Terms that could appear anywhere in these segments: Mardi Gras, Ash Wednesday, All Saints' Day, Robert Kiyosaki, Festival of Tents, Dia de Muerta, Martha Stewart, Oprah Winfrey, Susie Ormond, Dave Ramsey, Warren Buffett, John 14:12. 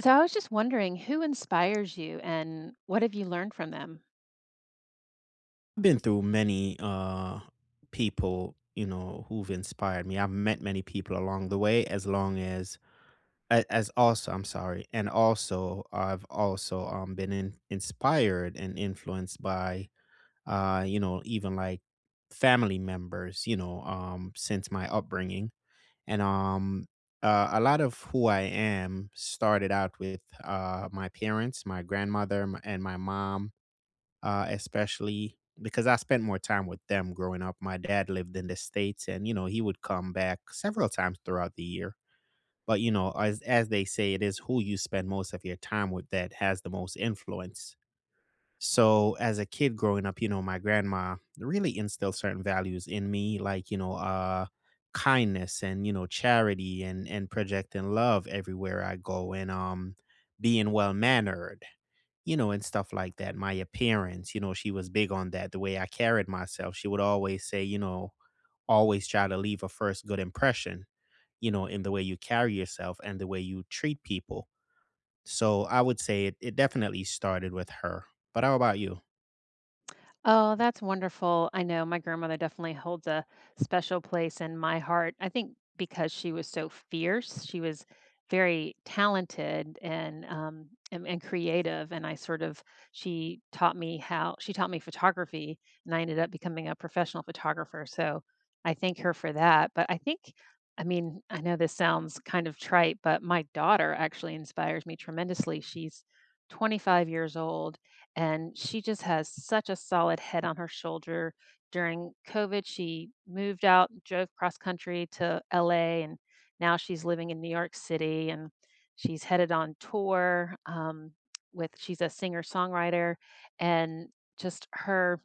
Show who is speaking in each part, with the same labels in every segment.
Speaker 1: So I was just wondering who inspires you and what have you learned from them?
Speaker 2: Been through many people, you know, who've inspired me. I've met many people along the way, as long as a- as also, I'm sorry, and also I've also been inspired and influenced by, you know, even like family members, you know, since my upbringing, and a lot of who I am started out with my parents, my grandmother, and my mom, especially because I spent more time with them growing up. My dad lived in the States and, you know, he would come back several times throughout the year. But, you know, as they say, it is who you spend most of your time with that has the most influence. So, as a kid growing up, you know, my grandma really instilled certain values in me, like, you know, kindness and, you know, charity, and projecting love everywhere I go, and being well mannered, you know, and stuff like that. My appearance, you know, she was big on that. The way I carried myself, she would always say, you know, always try to leave a first good impression, you know, in the way you carry yourself and the way you treat people. So I would say it definitely started with her. But how about you?
Speaker 1: Oh, that's wonderful. I know my grandmother definitely holds a special place in my heart. I think because she was so fierce, she was very talented and and creative, and I sort of she taught me how she taught me photography, and I ended up becoming a professional photographer. So I thank her for that. But I think, I mean, I know this sounds kind of trite, but my daughter actually inspires me tremendously. She's 25 years old and she just has such a solid head on her shoulder. During COVID, she moved out, drove cross country to LA, and now she's living in New York City, and she's headed on tour with she's a singer songwriter, and just her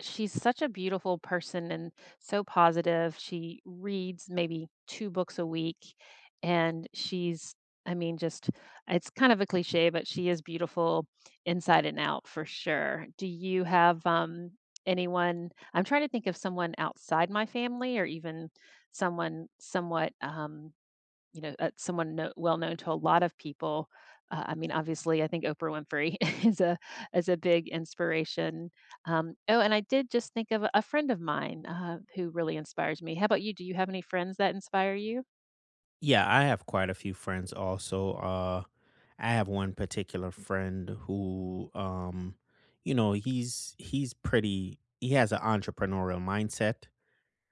Speaker 1: she's such a beautiful person and so positive. She reads maybe two books a week, and she's, I mean, just it's kind of a cliche, but she is beautiful inside and out for sure. Do you have anyone? I'm trying to think of someone outside my family or even someone somewhat. Someone kno well known to a lot of people. I mean, obviously, I think Oprah Winfrey is a is a big inspiration. Oh, and I did just think of a friend of mine who really inspires me. How about you? Do you have any friends that inspire you?
Speaker 2: Yeah, I have quite a few friends also. I have one particular friend who, you know, he's pretty. He has an entrepreneurial mindset,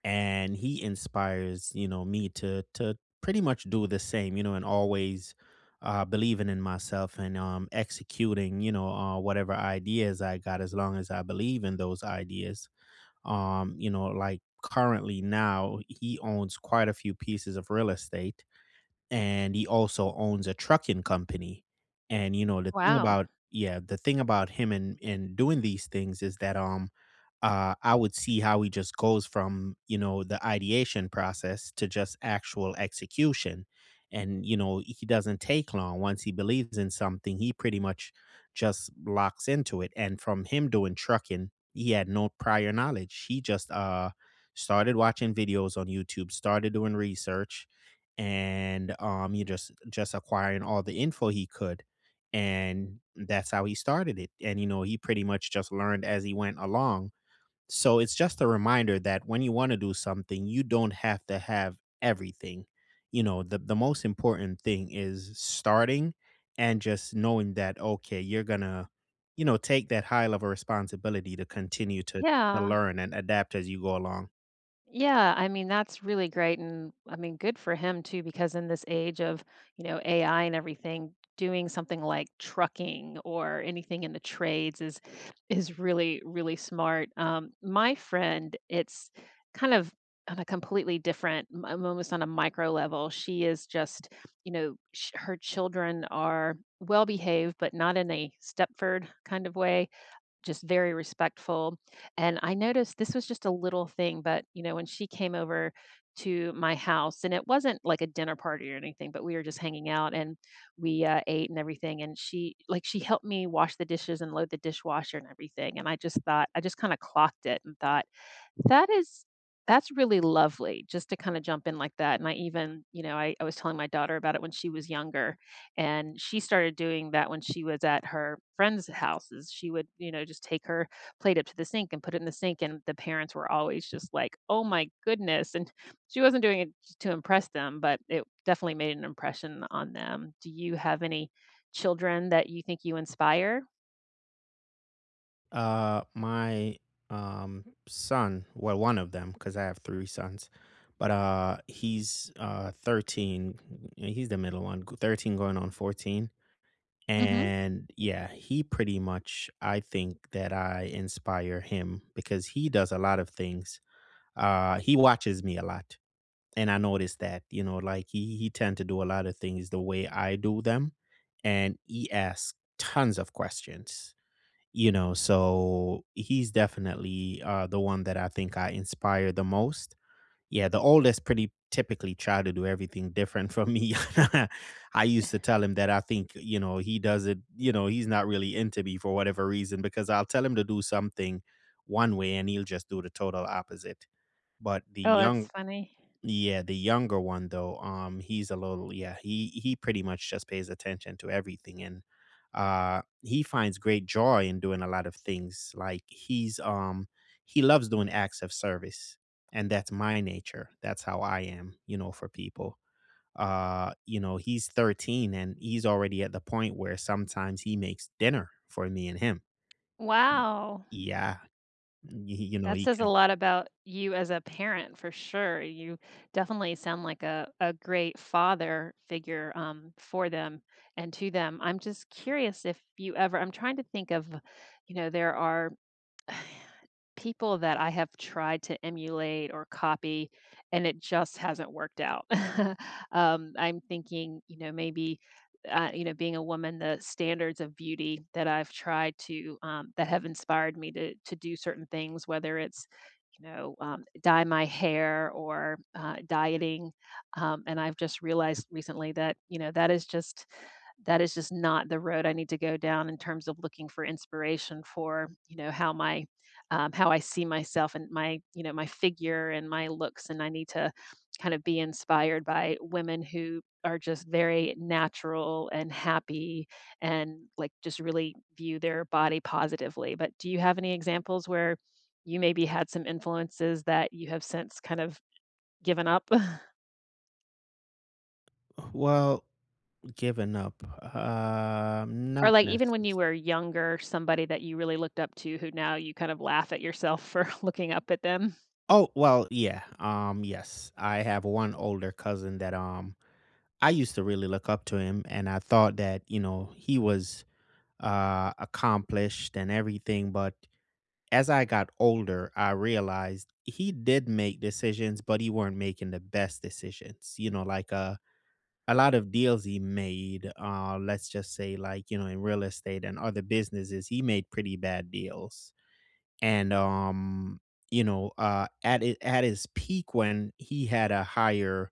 Speaker 2: and he inspires, you know, me to pretty much do the same, you know, and always believing in myself, and executing, you know, whatever ideas I got, as long as I believe in those ideas. You know, like currently now, he owns quite a few pieces of real estate, and he also owns a trucking company. And, you know, the thing
Speaker 1: Wow.
Speaker 2: about — yeah, the thing about him, and doing these things, is that, I would see how he just goes from, you know, the ideation process to just actual execution, and, you know, he doesn't take long. Once he believes in something, he pretty much just locks into it. And from him doing trucking, he had no prior knowledge. He just started watching videos on YouTube, started doing research, and you just acquiring all the info he could. And that's how he started it. And, you know, he pretty much just learned as he went along, so it's just a reminder that when you want to do something, you don't have to have everything. You know, the most important thing is starting, and just knowing that, okay, you're going to, you know, take that high level responsibility to continue to
Speaker 1: Yeah.
Speaker 2: learn and adapt as you go along.
Speaker 1: Yeah, I mean, that's really great. And I mean, good for him too, because in this age of, you know, AI and everything, doing something like trucking or anything in the trades is really, really smart. My friend, it's kind of on a completely different, I'm almost on a micro level. She is just, you know, her children are well behaved, but not in a Stepford kind of way, just very respectful, and I noticed this was just a little thing, but, you know, when she came over to my house and it wasn't like a dinner party or anything, but we were just hanging out and we, ate and everything, and she like, she helped me wash the dishes and load the dishwasher and everything, and I just thought I just kinda clocked it and thought, "That is that's really lovely," just to kinda jump in like that, and I even you know, I was telling my daughter about it when she was younger, and she started doing that when she was at her friends' houses. She would, you know, just take her plate up to the sink and put it in the sink, and the parents were always just like, "Oh my goodness." And she wasn't doing it to impress them, but it definitely made an impression on them. Do you have any children that you think you inspire?
Speaker 2: My son — well, one of them, because I have three sons, but he's 13. He's the middle one, 13 going on 14.
Speaker 1: Mhm.
Speaker 2: And yeah, he pretty much — I think that I inspire him because he does a lot of things. He watches me a lot. And I noticed that, you know, like he tend to do a lot of things the way I do them. And he asks tons of questions, you know, so he's definitely the one that I think I inspire the most. Yeah, the oldest pretty typically try to do everything different from me. I used to tell him that I think, you know, he does it, you know, he's not really into me for whatever reason, because I'll tell him to do something one way and he'll just do the total opposite. But the
Speaker 1: Oh, that's
Speaker 2: young —
Speaker 1: funny.
Speaker 2: yeah, the younger one though, he's a little — yeah, he pretty much just pays attention to everything, and he finds great joy in doing a lot of things. Like, he's he loves doing acts of service. And that's my nature. That's how I am, you know, for people. You know, he's 13, and he's already at the point where sometimes he makes dinner for me and him.
Speaker 1: Wow.
Speaker 2: Yeah. y- You know,
Speaker 1: That
Speaker 2: he
Speaker 1: says a
Speaker 2: could —
Speaker 1: lot about you as a parent for sure. You definitely sound like a great father figure for them and to them. I'm just curious if you ever, I'm trying to think of, you know, there are people that I have tried to emulate or copy, and it just hasn't worked out. I'm thinking, you know, maybe, you know, being a woman, the standards of beauty that I've tried to, that have inspired me to do certain things, whether it's, you know, dye my hair or dieting, and I've just realized recently that, you know, that is just not the road I need to go down in terms of looking for inspiration for, you know, how my how I see myself and my, you know, my figure and my looks. And I need to kind of be inspired by women who are just very natural and happy and like just really view their body positively. But do you have any examples where you maybe had some influences that you have since kind of given up?
Speaker 2: well, given up.
Speaker 1: Or,
Speaker 2: Not
Speaker 1: like, even when
Speaker 2: necessarily.
Speaker 1: you were younger, somebody that you really looked up to who now you kind of laugh at yourself for looking up at them?
Speaker 2: Oh, well, yeah. Yes. I have one older cousin that I used to really look up to him, and I thought that, you know, he was accomplished and everything, but as I got older, I realized he did make decisions, but he weren't making the best decisions. You know, like a lot of deals he made — let's just say, like, you know, in real estate and other businesses, he made pretty bad deals. And you know, at it at his peak when he had a higher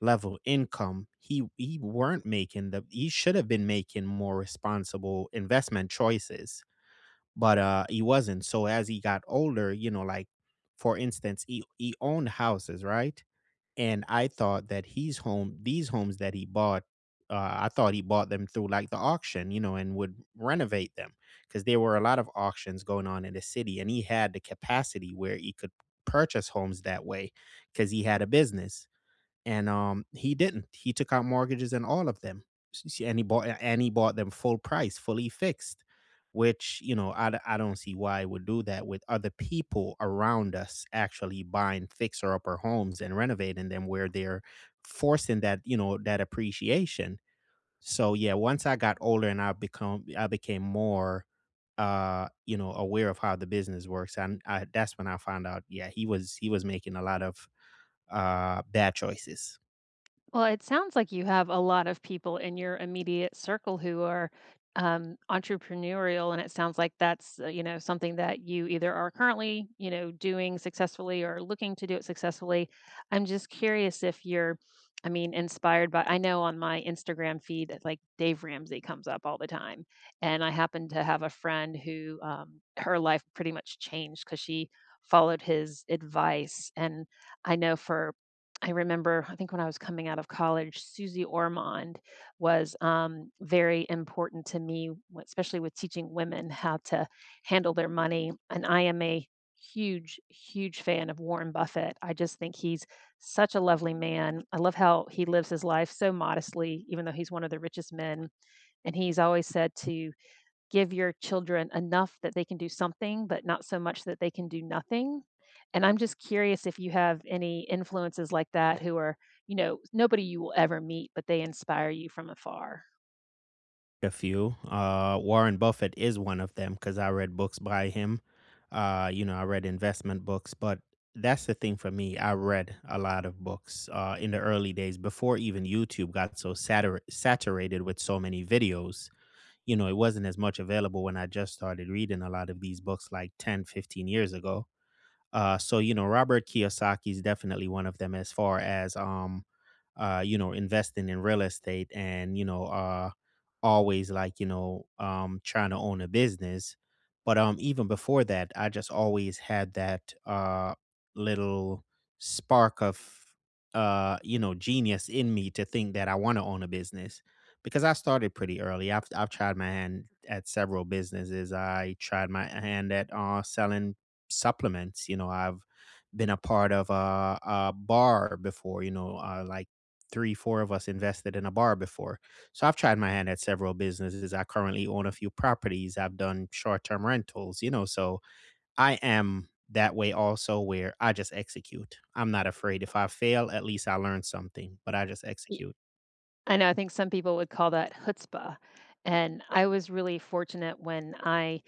Speaker 2: level income, he weren't making the — he should have been making more responsible investment choices, but he wasn't. So as he got older, you know, like, for instance, he owned houses, right? And I thought that he's home these homes that he bought, I thought he bought them through, like, the auction, you know, and would renovate them, because there were a lot of auctions going on in the city, and he had the capacity where he could purchase homes that way, because he had a business. And he didn't. He took out mortgages and all of them. And he bought them full price, fully fixed. Which, you know, I don't see why I would do that, with other people around us actually buying fixer upper homes and renovating them, where they're forcing, that you know, that appreciation. So yeah, once I got older and I became more you know aware of how the business works, and I — that's when I found out, yeah, he was — he was making a lot of bad choices.
Speaker 1: Well, it sounds like you have a lot of people in your immediate circle who are entrepreneurial, and it sounds like that's you know, something that you either are currently you know doing successfully or looking to do it successfully. I'm just curious if you're, I mean, inspired by. I know on my Instagram feed, that, like Dave Ramsey comes up all the time, and I happen to have a friend who her life pretty much changed because she followed his advice, and I know for I remember, I think when I was coming out of college, Susie Ormond was very important to me, especially with teaching women how to handle their money. And I am a huge, huge fan of Warren Buffett. I just think he's such a lovely man. I love how he lives his life so modestly, even though he's one of the richest men. And he's always said to give your children enough that they can do something, but not so much that they can do nothing. And I'm just curious if you have any influences like that who are, you know, nobody you will ever meet, but they inspire you from afar.
Speaker 2: A few. Warren Buffett is one of them because I read books by him. You know, I read investment books, but that's the thing for me. I read a lot of books in the early days before even YouTube got so saturated with so many videos. You know, it wasn't as much available when I just started reading a lot of these books like 10, 15 years ago. So, you know, Robert Kiyosaki is definitely one of them as far as, you know, investing in real estate and, you know, always like, you know, trying to own a business. But even before that, I just always had that little spark of, you know, genius in me to think that I want to own a business, because I started pretty early. I've tried my hand at several businesses. I tried my hand at selling supplements. You know, I've been a part of a bar before, you know, like three, four of us invested in a bar before. So I've tried my hand at several businesses. I currently own a few properties. I've done short term rentals, you know. So I am that way also, where I just execute. I'm not afraid. If I fail, at least I learned something, but I just
Speaker 1: Y-
Speaker 2: execute.
Speaker 1: I know, I think some people would call that chutzpah. And I was really fortunate when I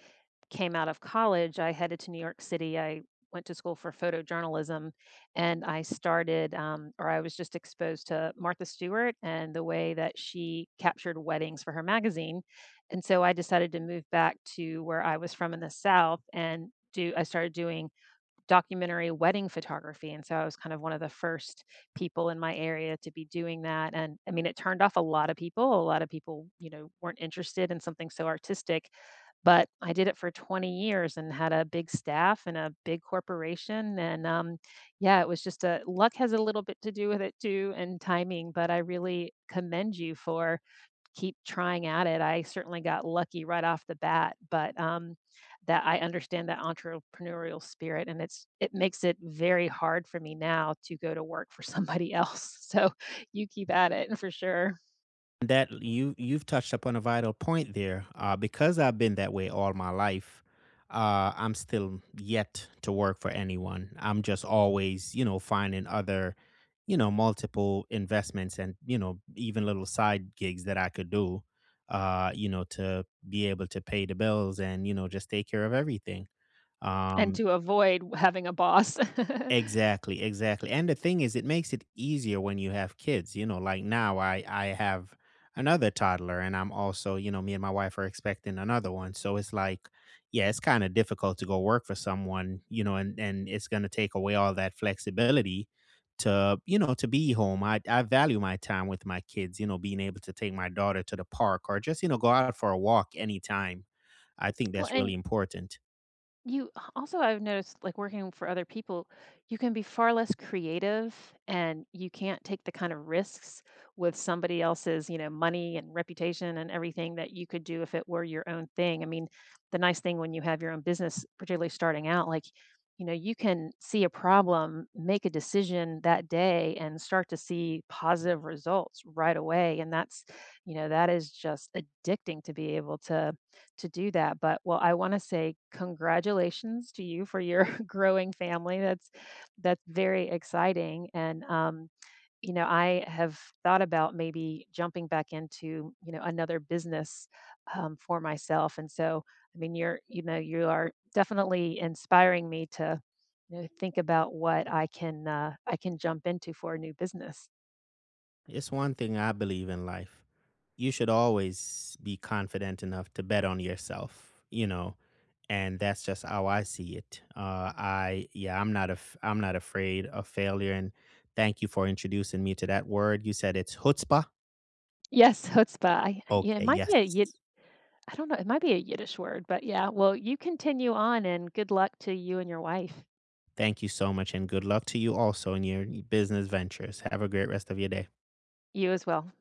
Speaker 1: came out of college, I headed to New York City. I went to school for photojournalism, and I started, or I was just exposed to Martha Stewart and the way that she captured weddings for her magazine. And so I decided to move back to where I was from in the South and do, I started doing documentary wedding photography, and so I was kind of one of the first people in my area to be doing that, and, I mean, it turned off a lot of people, a lot of people, you know, weren't interested in something so artistic, but I did it for 20 years and had a big staff and a big corporation, and, yeah, it was just a luck has a little bit to do with it too and timing, but I really commend you for keep trying at it. I certainly got lucky right off the bat, but that I understand that entrepreneurial spirit, and it makes it very hard for me now to go to work for somebody else. So you keep at it for sure,
Speaker 2: That — you've touched upon a vital point there. Because I've been that way all my life, I'm still yet to work for anyone. I'm just always, you know, finding other, you know, multiple investments, and, you know, even little side gigs that I could do, you know, to be able to pay the bills and, you know, just take care of everything.
Speaker 1: and
Speaker 2: Um,
Speaker 1: to avoid having a boss.
Speaker 2: Exactly, exactly. And the thing is, it makes it easier when you have kids. You know, like, now I have another toddler, and I'm also, you know, me and my wife are expecting another one. So it's like, yeah, it's kind of difficult to go work for someone, you know, and it's going to take away all that flexibility to, you know, to be home. I value my time with my kids, you know, being able to take my daughter to the park, or just, you know, go out for a walk anytime. I think
Speaker 1: Well,
Speaker 2: that's really
Speaker 1: and
Speaker 2: important.
Speaker 1: you also, I've noticed, like, working for other people, you can be far less creative, and you can't take the kind of risks with somebody else's, you know, money and reputation and everything that you could do if it were your own thing. I mean, the nice thing when you have your own business, particularly starting out, like, you know, you can see a problem, make a decision that day, and start to see positive results right away, and that's you know, that is just addicting to be able to do that, but, well, I wanna say congratulations to you for your growing family, that's very exciting, and, you know, I have thought about maybe jumping back into, you know, another business, for myself, and so, I mean, you're you know, you are definitely inspiring me to, you know, think about what I can jump into for a new business.
Speaker 2: It's one thing I believe in life: you should always be confident enough to bet on yourself, you know, and that's just how I see it. I — yeah, I'm not I'm not afraid of failure, and thank you for introducing me to that word. You said it's chutzpah.
Speaker 1: Yes, chutzpah, I yeah, it
Speaker 2: Okay,
Speaker 1: might be a
Speaker 2: yes.
Speaker 1: I don't know, it might be a Yiddish word, but yeah. Well, you continue on and good luck to you and your wife.
Speaker 2: Thank you so much, and good luck to you also in your business ventures. Have a great rest of your day.
Speaker 1: You as well.